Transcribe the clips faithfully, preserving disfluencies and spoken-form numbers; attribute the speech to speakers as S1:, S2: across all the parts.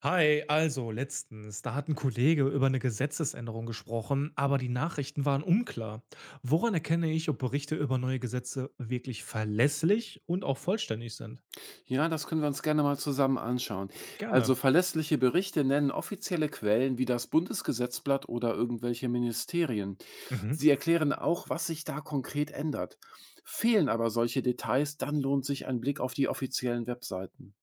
S1: Hi, also letztens, da hat ein Kollege über eine Gesetzesänderung gesprochen, aber die Nachrichten waren unklar. Woran erkenne ich, ob Berichte über neue Gesetze wirklich verlässlich und auch vollständig sind?
S2: Ja, das können wir uns gerne mal zusammen anschauen. Also
S1: Gerne.
S2: verlässliche Berichte nennen offizielle Quellen wie das Bundesgesetzblatt oder irgendwelche Ministerien.
S1: Mhm.
S2: Sie erklären auch, was sich da konkret ändert. Fehlen aber solche Details, dann lohnt sich ein Blick auf die offiziellen Webseiten.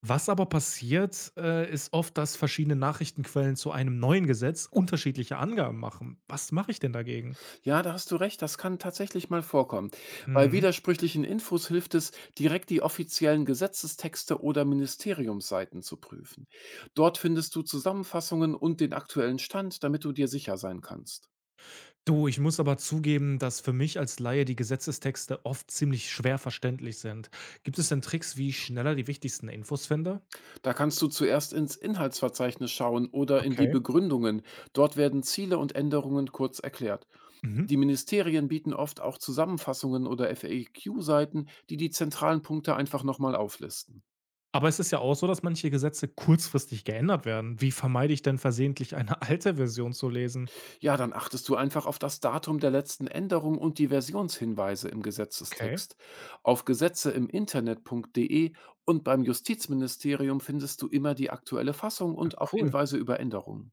S1: Was aber passiert, äh, ist oft, dass verschiedene Nachrichtenquellen zu einem neuen Gesetz unterschiedliche Angaben machen. Was mache ich denn dagegen?
S2: Ja, da hast du recht, das kann tatsächlich mal vorkommen. Bei
S1: Mhm.
S2: widersprüchlichen Infos hilft es, direkt die offiziellen Gesetzestexte oder Ministeriumsseiten zu prüfen. Dort findest du Zusammenfassungen und den aktuellen Stand, damit du dir sicher sein kannst.
S1: Du, ich muss aber zugeben, dass für mich als Laie die Gesetzestexte oft ziemlich schwer verständlich sind. Gibt es denn Tricks, wie ich schneller die wichtigsten Infos finde?
S2: Da kannst du zuerst ins Inhaltsverzeichnis schauen oder in die
S1: Okay.
S2: Begründungen. Dort werden Ziele und Änderungen kurz erklärt.
S1: Mhm.
S2: Die Ministerien bieten oft auch Zusammenfassungen oder F A Q-Seiten, die die zentralen Punkte einfach nochmal auflisten.
S1: Aber es ist ja auch so, dass manche Gesetze kurzfristig geändert werden. Wie vermeide ich denn versehentlich eine alte Version zu lesen?
S2: Ja, dann achtest du einfach auf das Datum der letzten Änderung und die Versionshinweise im
S1: Okay.
S2: Gesetzestext. Auf Gesetze im Internet.de und beim Justizministerium findest du immer die aktuelle Fassung
S1: Ah,
S2: und auch
S1: cool.
S2: Hinweise über Änderungen.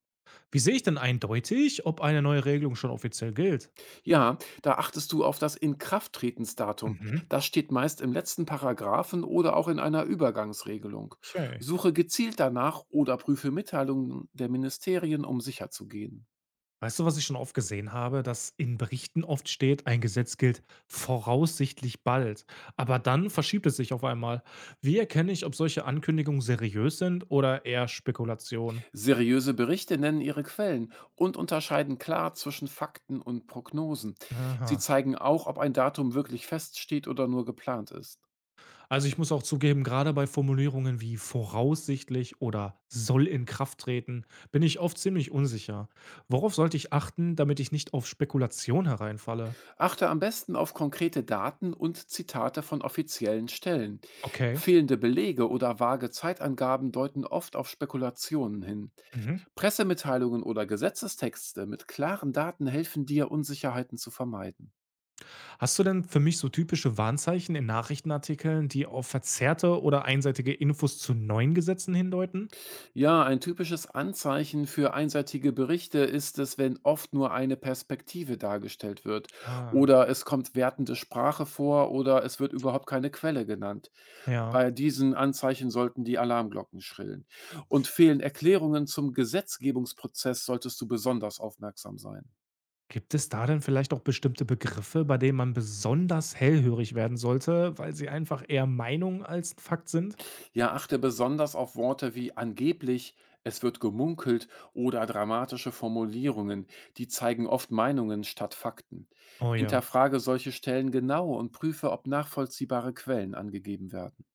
S1: Wie sehe ich denn eindeutig, ob eine neue Regelung schon offiziell gilt?
S2: Ja, da achtest du auf das Inkrafttretensdatum.
S1: Mhm.
S2: Das steht meist im letzten Paragraphen oder auch in einer Übergangsregelung.
S1: Okay.
S2: Suche gezielt danach oder prüfe Mitteilungen der Ministerien, um sicherzugehen.
S1: Weißt du, was ich schon oft gesehen habe, dass in Berichten oft steht, ein Gesetz gilt voraussichtlich bald. Aber dann verschiebt es sich auf einmal. Wie erkenne ich, ob solche Ankündigungen seriös sind oder eher Spekulation?
S2: Seriöse Berichte nennen ihre Quellen und unterscheiden klar zwischen Fakten und Prognosen. Sie
S1: Aha.
S2: zeigen auch, ob ein Datum wirklich feststeht oder nur geplant ist.
S1: Also, ich muss auch zugeben, gerade bei Formulierungen wie „voraussichtlich“ oder „soll in Kraft treten“ bin ich oft ziemlich unsicher. Worauf sollte ich achten, damit ich nicht auf Spekulation hereinfalle?
S2: Achte am besten auf konkrete Daten und Zitate von offiziellen Stellen.
S1: Okay.
S2: Fehlende Belege oder vage Zeitangaben deuten oft auf Spekulationen hin.
S1: Mhm.
S2: Pressemitteilungen oder Gesetzestexte mit klaren Daten helfen dir, Unsicherheiten zu vermeiden.
S1: Hast du denn für mich so typische Warnzeichen in Nachrichtenartikeln, die auf verzerrte oder einseitige Infos zu neuen Gesetzen hindeuten?
S2: Ja, ein typisches Anzeichen für einseitige Berichte ist es, wenn oft nur eine Perspektive dargestellt wird
S1: Ah,
S2: oder es kommt wertende Sprache vor oder es wird überhaupt keine Quelle genannt.
S1: ja.
S2: Bei diesen Anzeichen sollten die Alarmglocken schrillen. Und fehlen Erklärungen zum Gesetzgebungsprozess, solltest du besonders aufmerksam sein.
S1: Gibt es da denn vielleicht auch bestimmte Begriffe, bei denen man besonders hellhörig werden sollte, weil sie einfach eher Meinung als Fakt sind?
S2: Ja, achte besonders auf Worte wie angeblich, es wird gemunkelt oder dramatische Formulierungen. Die zeigen oft Meinungen statt Fakten.
S1: Oh ja.
S2: Hinterfrage solche Stellen genau und prüfe, ob nachvollziehbare Quellen angegeben werden.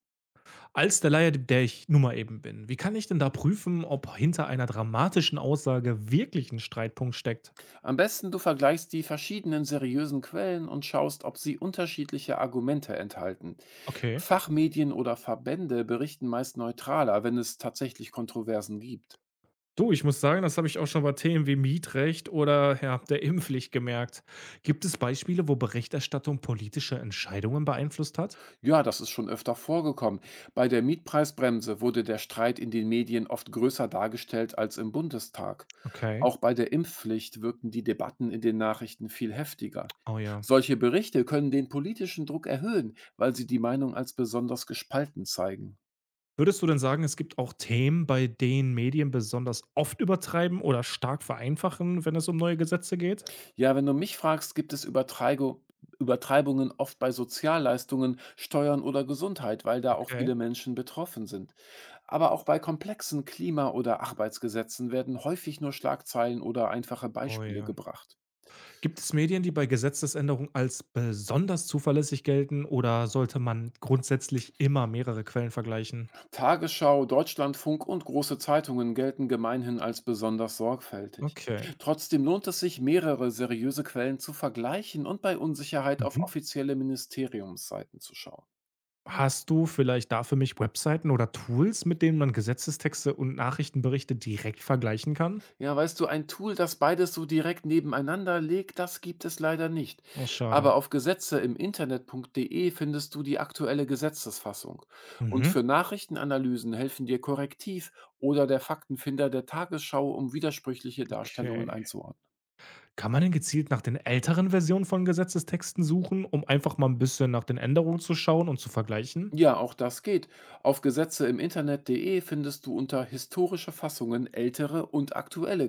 S1: Als der Laie, der ich nun mal eben bin, wie kann ich denn da prüfen, ob hinter einer dramatischen Aussage wirklich ein Streitpunkt steckt?
S2: Am besten du vergleichst die verschiedenen seriösen Quellen und schaust, ob sie unterschiedliche Argumente enthalten.
S1: Okay.
S2: Fachmedien oder Verbände berichten meist neutraler, wenn es tatsächlich Kontroversen gibt.
S1: Du, ich muss sagen, das habe ich auch schon bei Themen wie Mietrecht oder, ja, der Impfpflicht gemerkt. Gibt es Beispiele, wo Berichterstattung politische Entscheidungen beeinflusst hat?
S2: Ja, das ist schon öfter vorgekommen. Bei der Mietpreisbremse wurde der Streit in den Medien oft größer dargestellt als im Bundestag.
S1: Okay.
S2: Auch bei der Impfpflicht wirkten die Debatten in den Nachrichten viel heftiger.
S1: Oh ja.
S2: Solche Berichte können den politischen Druck erhöhen, weil sie die Meinung als besonders gespalten zeigen.
S1: Würdest du denn sagen, es gibt auch Themen, bei denen Medien besonders oft übertreiben oder stark vereinfachen, wenn es um neue Gesetze geht?
S2: Ja, wenn du mich fragst, gibt es Übertreigo- Übertreibungen oft bei Sozialleistungen, Steuern oder Gesundheit, weil da auch
S1: Okay.
S2: viele Menschen betroffen sind. Aber auch bei komplexen Klima- oder Arbeitsgesetzen werden häufig nur Schlagzeilen oder einfache
S1: Oh
S2: Beispiele
S1: ja.
S2: gebracht.
S1: Gibt es Medien, die bei Gesetzesänderungen als besonders zuverlässig gelten oder sollte man grundsätzlich immer mehrere Quellen vergleichen?
S2: Tagesschau, Deutschlandfunk und große Zeitungen gelten gemeinhin als besonders sorgfältig.
S1: Okay.
S2: Trotzdem lohnt es sich, mehrere seriöse Quellen zu vergleichen und bei Unsicherheit auf
S1: Mhm.
S2: offizielle Ministeriumsseiten zu schauen.
S1: Hast du vielleicht da für mich Webseiten oder Tools, mit denen man Gesetzestexte und Nachrichtenberichte direkt vergleichen kann?
S2: Ja, weißt du, ein Tool, das beides so direkt nebeneinander legt, das gibt es leider nicht.
S1: Oh, schade.
S2: Aber auf Gesetze im Internet.de findest du die aktuelle Gesetzesfassung. Und für
S1: Mhm.
S2: Nachrichtenanalysen helfen dir Korrektiv oder der Faktenfinder der Tagesschau, um widersprüchliche Darstellungen
S1: Okay.
S2: einzuordnen.
S1: Kann man denn gezielt nach den älteren Versionen von Gesetzestexten suchen, um einfach mal ein bisschen nach den Änderungen zu schauen und zu vergleichen?
S2: Ja, auch das geht. Auf Gesetze im Internet.de findest du unter historische Fassungen ältere und aktuelle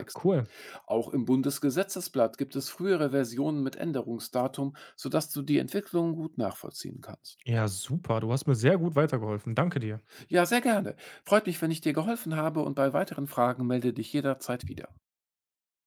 S1: Ah, cool.
S2: Auch im Bundesgesetzesblatt gibt es frühere Versionen mit Änderungsdatum, sodass du die Entwicklung gut nachvollziehen kannst.
S1: Ja, super. Du hast mir sehr gut weitergeholfen. Danke dir.
S2: Ja, sehr gerne. Freut mich, wenn ich dir geholfen habe und bei weiteren Fragen melde dich jederzeit wieder.